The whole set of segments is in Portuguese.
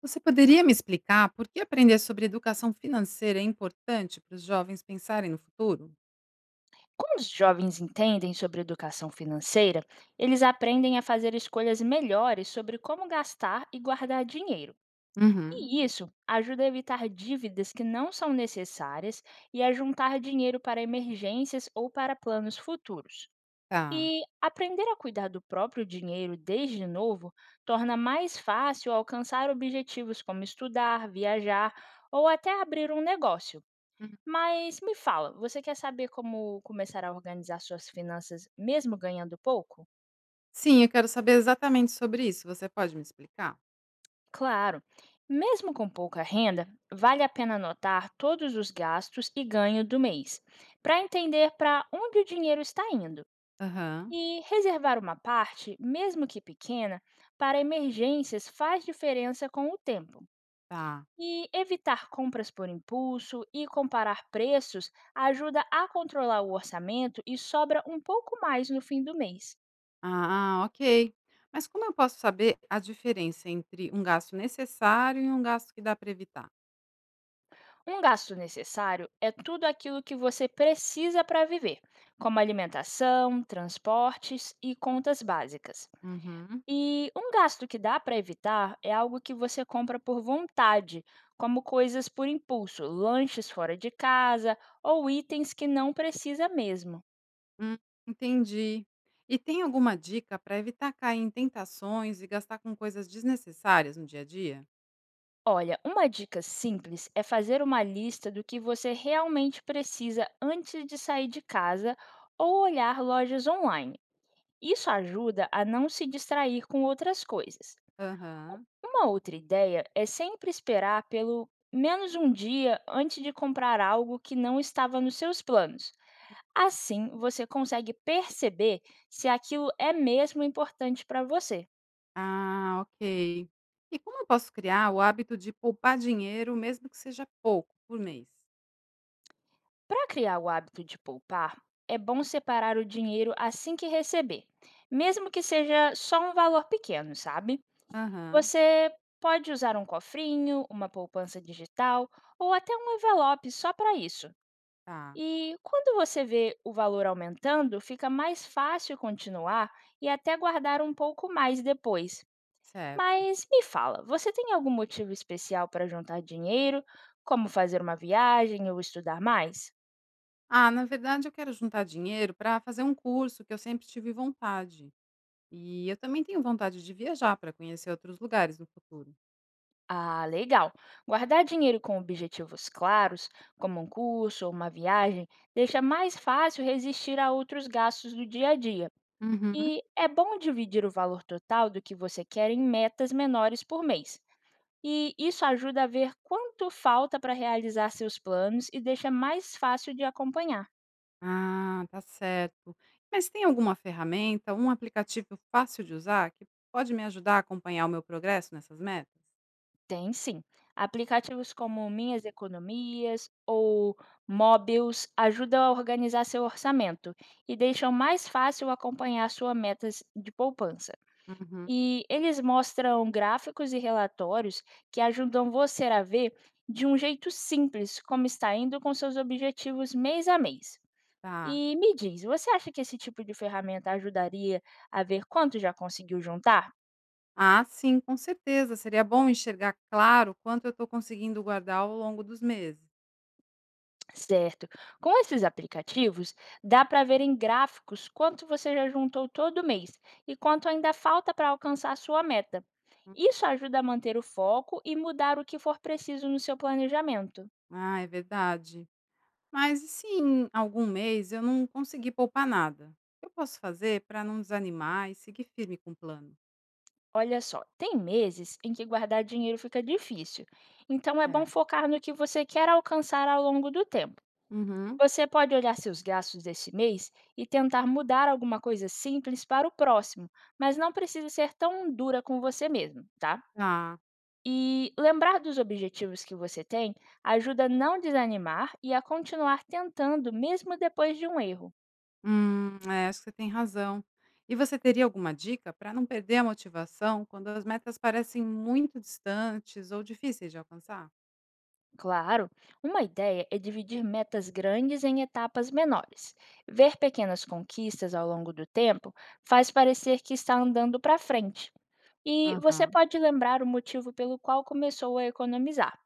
Você poderia me explicar por que aprender sobre educação financeira é importante para os jovens pensarem no futuro? Quando os jovens entendem sobre educação financeira, eles aprendem a fazer escolhas melhores sobre como gastar e guardar dinheiro. Uhum. E isso ajuda a evitar dívidas que não são necessárias e a juntar dinheiro para emergências ou para planos futuros. Tá. E aprender a cuidar do próprio dinheiro desde novo torna mais fácil alcançar objetivos como estudar, viajar ou até abrir um negócio. Hum. Mas me fala, você quer saber como começar a organizar suas finanças mesmo ganhando pouco? Sim, eu quero saber exatamente sobre isso. Você pode me explicar? Claro, mesmo com pouca renda, vale a pena anotar todos os gastos e ganho do mês, para entender para onde o dinheiro está indo. Aham. E reservar uma parte, mesmo que pequena, para emergências faz diferença com o tempo. Tá. E evitar compras por impulso e comparar preços ajuda a controlar o orçamento e sobra um pouco mais no fim do mês. Ah, ok. Mas como eu posso saber a diferença entre um gasto necessário e um gasto que dá para evitar? Um gasto necessário é tudo aquilo que você precisa para viver, como alimentação, transportes e contas básicas. Uhum. E um gasto que dá para evitar é algo que você compra por vontade, como coisas por impulso, lanches fora de casa ou itens que não precisa mesmo. Hum, entendi. E tem alguma dica para evitar cair em tentações e gastar com coisas desnecessárias no dia a dia? Olha, uma dica simples é fazer uma lista do que você realmente precisa antes de sair de casa ou olhar lojas online. Isso ajuda a não se distrair com outras coisas. U- Aham. Uma outra ideia é sempre esperar pelo menos um dia antes de comprar algo que não estava nos seus planos. Assim, você consegue perceber se aquilo é mesmo importante para você. Ah, ok. E como eu posso criar o hábito de poupar dinheiro, mesmo que seja pouco por mês? Para criar o hábito de poupar, é bom separar o dinheiro assim que receber, mesmo que seja só um valor pequeno, sabe? Aham, Você pode usar um cofrinho, uma poupança digital ou até um envelope só para isso. tá, E quando você vê o valor aumentando, fica mais fácil continuar e até guardar um pouco mais depois. certo. Mas me fala, você tem algum motivo especial para juntar dinheiro, como fazer uma viagem ou estudar mais? Ah, na verdade eu quero juntar dinheiro para fazer um curso que eu sempre tive vontade. E eu também tenho vontade de viajar para conhecer outros lugares no futuro. Ah, legal! Guardar dinheiro com objetivos claros, como um curso ou uma viagem, deixa mais fácil resistir a outros gastos do dia a dia. Uhum. E é bom dividir o valor total do que você quer em metas menores por mês. E isso ajuda a ver quanto falta para realizar seus planos e deixa mais fácil de acompanhar. Ah, tá certo. Mas tem alguma ferramenta, um aplicativo fácil de usar que pode me ajudar a acompanhar o meu progresso nessas metas? Tem sim. Aplicativos como Minhas Economias ou Mobiles ajudam a organizar seu orçamento e deixam mais fácil acompanhar suas metas de poupança. Uhum. E eles mostram gráficos e relatórios que ajudam você a ver, de um jeito simples, como está indo com seus objetivos mês a mês. Tá. E me diz, você acha que esse tipo de ferramenta ajudaria a ver quanto já conseguiu juntar? Ah, sim, com certeza. Seria bom enxergar claro quanto eu estou conseguindo guardar ao longo dos meses. Certo. Com esses aplicativos, dá para ver em gráficos quanto você já juntou todo mês e quanto ainda falta para alcançar a sua meta. Hum, Isso ajuda a manter o foco e mudar o que for preciso no seu planejamento. Ah, é verdade. Mas e se em algum mês eu não conseguir poupar nada? O que eu posso fazer para não desanimar e seguir firme com o plano? Olha só, tem meses em que guardar dinheiro fica difícil, então é bom É. focar no que você quer alcançar ao longo do tempo. Uhum. Você pode olhar seus gastos desse mês e tentar mudar alguma coisa simples para o próximo, mas não precisa ser tão dura com você mesmo, tá? Tá. E lembrar dos objetivos que você tem ajuda a não desanimar e a continuar tentando mesmo depois de um erro. É, acho que você tem razão. E você teria alguma dica para não perder a motivação quando as metas parecem muito distantes ou difíceis de alcançar? Claro, uma ideia é dividir metas grandes em etapas menores. Ver pequenas conquistas ao longo do tempo faz parecer que está andando para frente. E você Aham, pode lembrar o motivo pelo qual começou a economizar.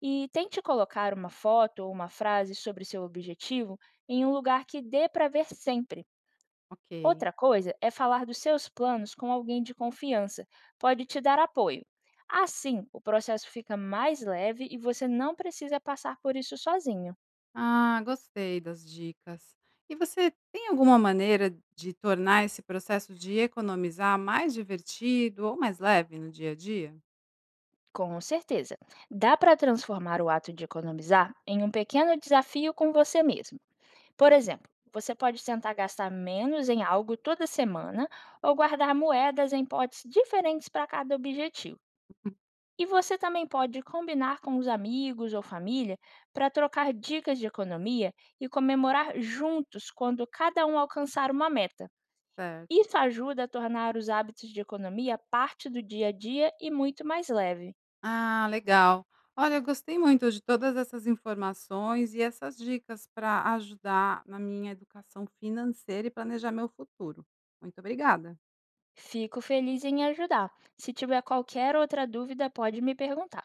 E tente colocar uma foto ou uma frase sobre seu objetivo em um lugar que dê para ver sempre. ok. Outra coisa é falar dos seus planos com alguém de confiança, pode te dar apoio. Assim, o processo fica mais leve e você não precisa passar por isso sozinho. Ah, gostei das dicas. E você tem alguma maneira de tornar esse processo de economizar mais divertido ou mais leve no dia a dia? Com certeza, dá para transformar o ato de economizar em um pequeno desafio com você mesmo. Por exemplo, você pode tentar gastar menos em algo toda semana ou guardar moedas em potes diferentes para cada objetivo. E você também pode combinar com os amigos ou família para trocar dicas de economia e comemorar juntos quando cada um alcançar uma meta. Certo. Isso ajuda a tornar os hábitos de economia parte do dia a dia e muito mais leve. Ah, legal. Olha, eu gostei muito de todas essas informações e essas dicas para ajudar na minha educação financeira e planejar meu futuro. Muito obrigada. Fico feliz em ajudar. Se tiver qualquer outra dúvida, pode me perguntar.